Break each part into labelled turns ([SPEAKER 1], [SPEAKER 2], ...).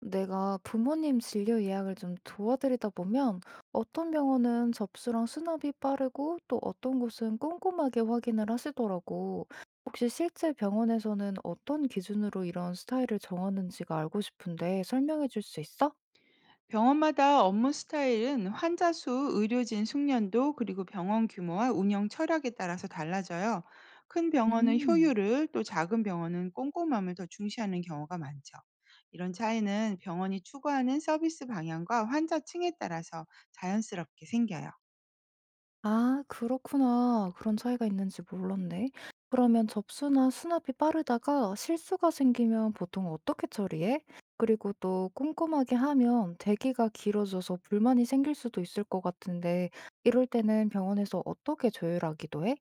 [SPEAKER 1] 내가 부모님 진료 예약을 좀 도와드리다 보면 어떤 병원은 접수랑 수납이 빠르고 또 어떤 곳은 꼼꼼하게 확인을 하시더라고. 혹시 실제 병원에서는 어떤 기준으로 이런 스타일을 정하는지가 알고 싶은데 설명해 줄 수 있어?
[SPEAKER 2] 병원마다 업무 스타일은 환자 수, 의료진 숙련도, 그리고 병원 규모와 운영 철학에 따라서 달라져요. 큰 병원은
[SPEAKER 1] 음.
[SPEAKER 2] 효율을, 또 작은 병원은 꼼꼼함을 더 중시하는 경우가 많죠. 이런 차이는 병원이 추구하는 서비스 방향과 환자층에 따라서 자연스럽게 생겨요.
[SPEAKER 1] 아 그렇구나. 그런 차이가 있는지 몰랐네. 그러면 접수나 수납이 빠르다가 실수가 생기면 보통 어떻게 처리해? 그리고 또 꼼꼼하게 하면 대기가 길어져서 불만이 생길 수도 있을 것 같은데 이럴 때는 병원에서 어떻게 조율하기도 해?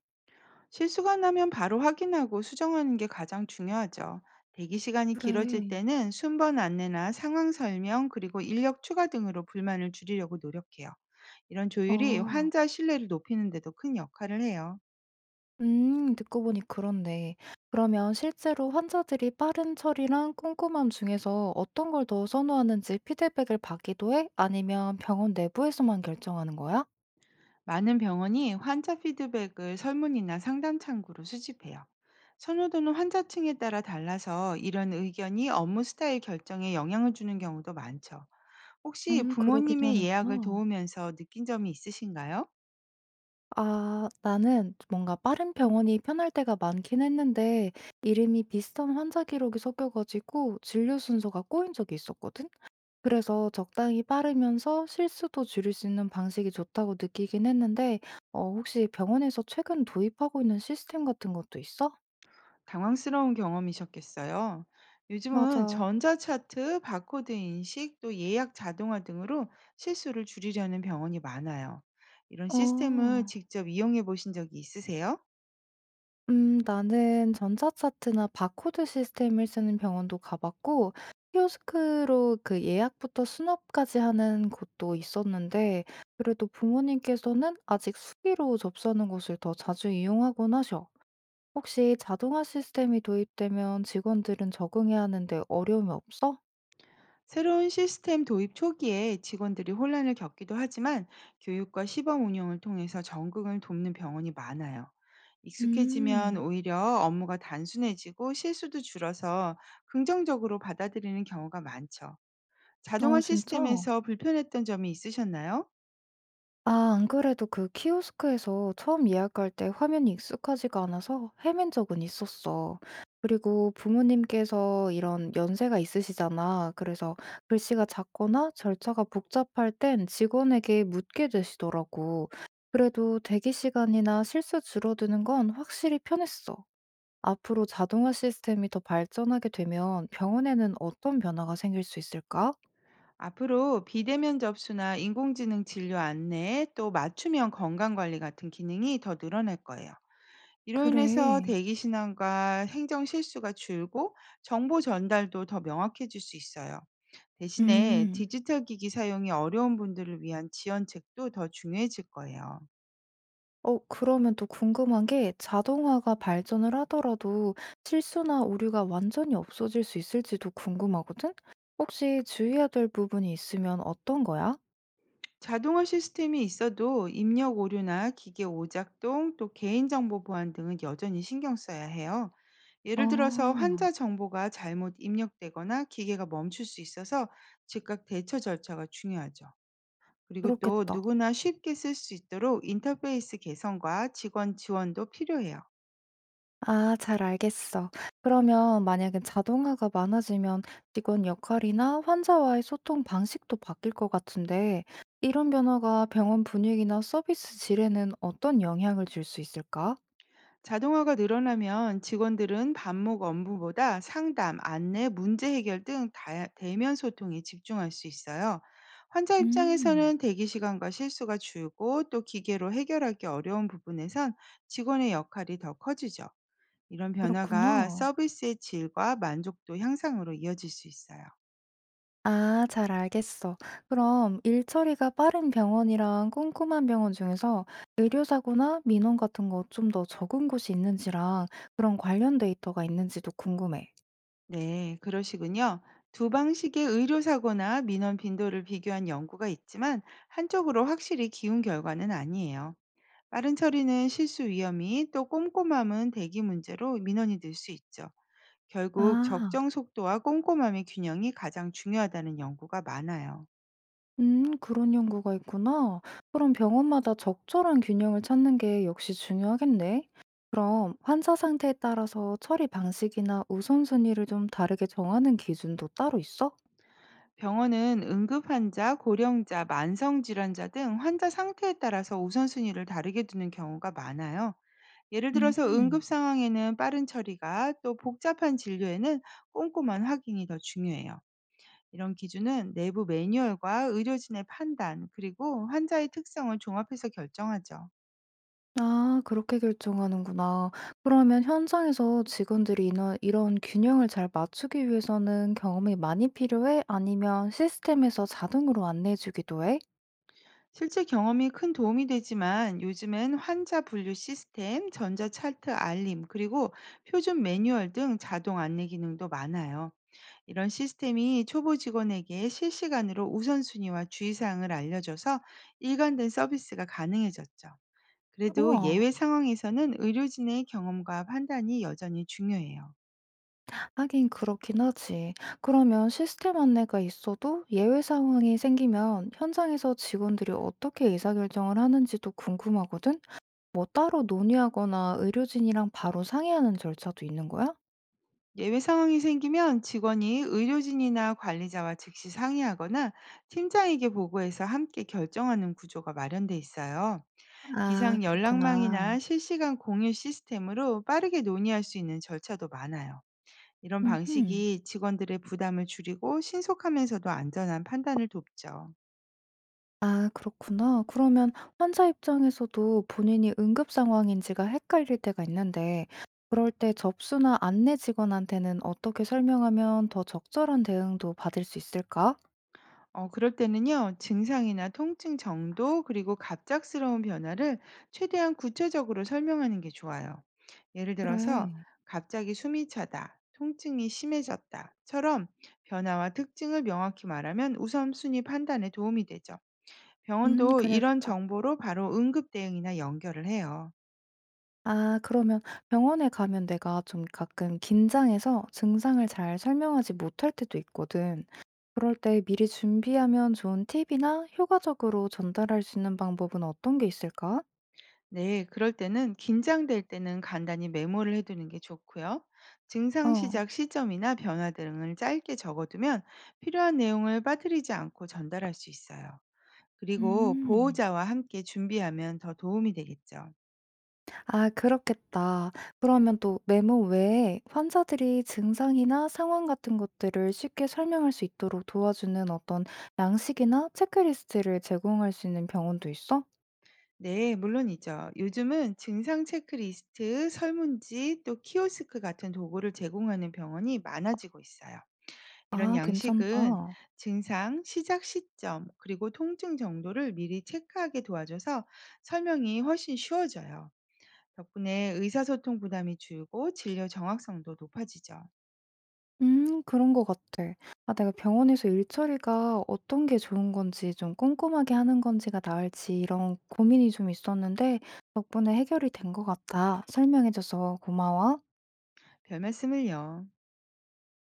[SPEAKER 2] 실수가 나면 바로 확인하고 수정하는 게 가장 중요하죠. 대기 시간이 길어질
[SPEAKER 1] 그래.
[SPEAKER 2] 때는 순번 안내나 상황 설명 그리고 인력 추가 등으로 불만을 줄이려고 노력해요. 이런 조율이
[SPEAKER 1] 어.
[SPEAKER 2] 환자 신뢰를 높이는 데도 큰 역할을 해요.
[SPEAKER 1] 듣고 보니 그렇네. 그러면 실제로 환자들이 빠른 처리랑 꼼꼼함 중에서 어떤 걸 더 선호하는지 피드백을 받기도 해? 아니면 병원 내부에서만 결정하는 거야?
[SPEAKER 2] 많은 병원이 환자 피드백을 설문이나 상담 창구로 수집해요. 선호도는 환자층에 따라 달라서 이런 의견이 업무 스타일 결정에 영향을 주는 경우도 많죠. 혹시
[SPEAKER 1] 그러기도
[SPEAKER 2] 부모님의 예약을
[SPEAKER 1] 하는구나.
[SPEAKER 2] 도우면서 느낀 점이 있으신가요?
[SPEAKER 1] 아, 나는 뭔가 빠른 병원이 편할 때가 많긴 했는데, 이름이 비슷한 환자 기록이 섞여가지고 진료 순서가 꼬인 적이 있었거든? 그래서 적당히 빠르면서 실수도 줄일 수 있는 방식이 좋다고 느끼긴 했는데, 혹시 병원에서 최근 도입하고 있는 시스템 같은 것도 있어?
[SPEAKER 2] 당황스러운 경험이셨겠어요. 요즘은
[SPEAKER 1] 맞아.
[SPEAKER 2] 전자차트, 바코드 인식, 또 예약 자동화 등으로 실수를 줄이려는 병원이 많아요. 이런 시스템을
[SPEAKER 1] 어.
[SPEAKER 2] 직접 이용해 보신 적이 있으세요?
[SPEAKER 1] 나는 전자차트나 바코드 시스템을 쓰는 병원도 가봤고, 키오스크로 그 예약부터 수납까지 하는 곳도 있었는데, 그래도 부모님께서는 아직 수기로 접수하는 곳을 더 자주 이용하곤 하셔. 혹시 자동화 시스템이 도입되면 직원들은 적응해야 하는데 어려움이 없어?
[SPEAKER 2] 새로운 시스템 도입 초기에 직원들이 혼란을 겪기도 하지만 교육과 시범 운영을 통해서 적응을 돕는 병원이 많아요. 익숙해지면
[SPEAKER 1] 음,
[SPEAKER 2] 오히려 업무가 단순해지고 실수도 줄어서 긍정적으로 받아들이는 경우가 많죠.
[SPEAKER 1] 어,
[SPEAKER 2] 자동화
[SPEAKER 1] 진짜?
[SPEAKER 2] 시스템에서 불편했던 점이 있으셨나요?
[SPEAKER 1] 아, 안 그래도 그 키오스크에서 처음 예약할 때 화면이 익숙하지가 않아서 헤맨 적은 있었어. 그리고 부모님께서 이런 연세가 있으시잖아. 그래서 글씨가 작거나 절차가 복잡할 땐 직원에게 묻게 되시더라고. 그래도 대기 시간이나 실수 줄어드는 건 확실히 편했어. 앞으로 자동화 시스템이 더 발전하게 되면 병원에는 어떤 변화가 생길 수 있을까?
[SPEAKER 2] 앞으로 비대면 접수나 인공지능 진료 안내, 또 맞춤형 건강관리 같은 기능이 더 늘어날 거예요. 이로 인해서
[SPEAKER 1] 그래.
[SPEAKER 2] 대기 시간과 행정 실수가 줄고 정보 전달도 더 명확해질 수 있어요. 대신에
[SPEAKER 1] 음,
[SPEAKER 2] 디지털 기기 사용이 어려운 분들을 위한 지원책도 더 중요해질 거예요.
[SPEAKER 1] 그러면 또 궁금한 게 자동화가 발전을 하더라도 실수나 오류가 완전히 없어질 수 있을지도 궁금하거든? 혹시 주의해야 될 부분이 있으면 어떤 거야?
[SPEAKER 2] 자동화 시스템이 있어도 입력 오류나 기계 오작동 또 개인정보 보안 등은 여전히 신경 써야 해요. 예를 들어서
[SPEAKER 1] 아.
[SPEAKER 2] 환자 정보가 잘못 입력되거나 기계가 멈출 수 있어서 즉각 대처 절차가 중요하죠. 그리고 또
[SPEAKER 1] 그렇겠다.
[SPEAKER 2] 누구나 쉽게 쓸 수 있도록 인터페이스 개선과 직원 지원도 필요해요.
[SPEAKER 1] 아 잘 알겠어. 그러면 만약에 자동화가 많아지면 직원 역할이나 환자와의 소통 방식도 바뀔 것 같은데 이런 변화가 병원 분위기나 서비스 질에는 어떤 영향을 줄 수 있을까?
[SPEAKER 2] 자동화가 늘어나면 직원들은 반복 업무보다 상담, 안내, 문제 해결 등 대면 소통에 집중할 수 있어요. 환자
[SPEAKER 1] 음,
[SPEAKER 2] 입장에서는 대기 시간과 실수가 줄고 또 기계로 해결하기 어려운 부분에선 직원의 역할이 더 커지죠. 이런 변화가
[SPEAKER 1] 그렇구나.
[SPEAKER 2] 서비스의 질과 만족도 향상으로 이어질 수 있어요.
[SPEAKER 1] 아, 잘 알겠어. 그럼 일 처리가 빠른 병원이랑 꼼꼼한 병원 중에서 의료사고나 민원 같은 거 좀 더 적은 곳이 있는지랑 그런 관련 데이터가 있는지도 궁금해.
[SPEAKER 2] 네, 그러시군요. 두 방식의 의료 사고나 민원 빈도를 비교한 연구가 있지만 한쪽으로 확실히 기운 결과는 아니에요. 빠른 처리는 실수 위험이 또 꼼꼼함은 대기 문제로 민원이 늘 수 있죠. 결국
[SPEAKER 1] 아.
[SPEAKER 2] 적정 속도와 꼼꼼함의 균형이 가장 중요하다는 연구가 많아요.
[SPEAKER 1] 그런 연구가 있구나. 그럼 병원마다 적절한 균형을 찾는 게 역시 중요하겠네. 그럼 환자 상태에 따라서 처리 방식이나 우선순위를 좀 다르게 정하는 기준도 따로 있어?
[SPEAKER 2] 병원은 응급 환자, 고령자, 만성 질환자 등 환자 상태에 따라서 우선순위를 다르게 두는 경우가 많아요. 예를 들어서
[SPEAKER 1] 음,
[SPEAKER 2] 응급 상황에는 빠른 처리가 또 복잡한 진료에는 꼼꼼한 확인이 더 중요해요. 이런 기준은 내부 매뉴얼과 의료진의 판단 그리고 환자의 특성을 종합해서 결정하죠.
[SPEAKER 1] 아, 그렇게 결정하는구나. 그러면 현장에서 직원들이 이런 균형을 잘 맞추기 위해서는 경험이 많이 필요해? 아니면 시스템에서 자동으로 안내해주기도 해?
[SPEAKER 2] 실제 경험이 큰 도움이 되지만 요즘엔 환자 분류 시스템, 전자 차트 알림, 그리고 표준 매뉴얼 등 자동 안내 기능도 많아요. 이런 시스템이 초보 직원에게 실시간으로 우선순위와 주의사항을 알려줘서 일관된 서비스가 가능해졌죠. 그래도
[SPEAKER 1] 우와.
[SPEAKER 2] 예외 상황에서는 의료진의 경험과 판단이 여전히 중요해요.
[SPEAKER 1] 하긴 그렇긴 하지. 그러면 시스템 안내가 있어도 예외 상황이 생기면 현장에서 직원들이 어떻게 의사결정을 하는지도 궁금하거든? 뭐 따로 논의하거나 의료진이랑 바로 상의하는 절차도 있는 거야?
[SPEAKER 2] 예외 상황이 생기면 직원이 의료진이나 관리자와 즉시 상의하거나 팀장에게 보고해서 함께 결정하는 구조가 마련돼 있어요.
[SPEAKER 1] 아,
[SPEAKER 2] 비상
[SPEAKER 1] 그렇구나.
[SPEAKER 2] 연락망이나 실시간 공유 시스템으로 빠르게 논의할 수 있는 절차도 많아요. 이런
[SPEAKER 1] 음흠.
[SPEAKER 2] 방식이 직원들의 부담을 줄이고 신속하면서도 안전한 판단을 돕죠.
[SPEAKER 1] 아, 그렇구나. 그러면 환자 입장에서도 본인이 응급 상황인지가 헷갈릴 때가 있는데, 그럴 때 접수나 안내 직원한테는 어떻게 설명하면 더 적절한 대응도 받을 수 있을까?
[SPEAKER 2] 어, 그럴 때는요, 증상이나 통증 정도, 그리고 갑작스러운 변화를 최대한 구체적으로 설명하는 게 좋아요. 예를 들어서,
[SPEAKER 1] 그래.
[SPEAKER 2] 갑자기 숨이 차다, 통증이 심해졌다처럼 변화와 특징을 명확히 말하면 우선순위 판단에 도움이 되죠. 병원도 이런
[SPEAKER 1] 그래야겠다.
[SPEAKER 2] 정보로 바로 응급 대응이나 연결을 해요.
[SPEAKER 1] 아 그러면 병원에 가면 내가 좀 가끔 긴장해서 증상을 잘 설명하지 못할 때도 있거든. 그럴 때 미리 준비하면 좋은 팁이나 효과적으로 전달할 수 있는 방법은 어떤 게 있을까?
[SPEAKER 2] 네, 그럴 때는 긴장될 때는 간단히 메모를 해두는 게 좋고요. 증상
[SPEAKER 1] 어.
[SPEAKER 2] 시작 시점이나 변화 등을 짧게 적어두면 필요한 내용을 빠뜨리지 않고 전달할 수 있어요. 그리고
[SPEAKER 1] 음.
[SPEAKER 2] 보호자와 함께 준비하면 더 도움이 되겠죠.
[SPEAKER 1] 아 그렇겠다. 그러면 또 메모 외에 환자들이 증상이나 상황 같은 것들을 쉽게 설명할 수 있도록 도와주는 어떤 양식이나 체크리스트를 제공할 수 있는 병원도 있어?
[SPEAKER 2] 네, 물론이죠. 요즘은 증상 체크리스트, 설문지, 또 키오스크 같은 도구를 제공하는 병원이 많아지고 있어요. 이런
[SPEAKER 1] 아
[SPEAKER 2] 양식은
[SPEAKER 1] 괜찮다.
[SPEAKER 2] 증상, 시작 시점, 그리고 통증 정도를 미리 체크하게 도와줘서 설명이 훨씬 쉬워져요. 덕분에 의사소통 부담이 줄고 진료 정확성도 높아지죠.
[SPEAKER 1] 그런 것 같아. 아 내가 병원에서 일처리가 어떤 게 좋은 건지 좀 꼼꼼하게 하는 건지가 나을지 이런 고민이 좀 있었는데 덕분에 해결이 된 것 같아. 설명해 줘서 고마워.
[SPEAKER 2] 별 말씀을요.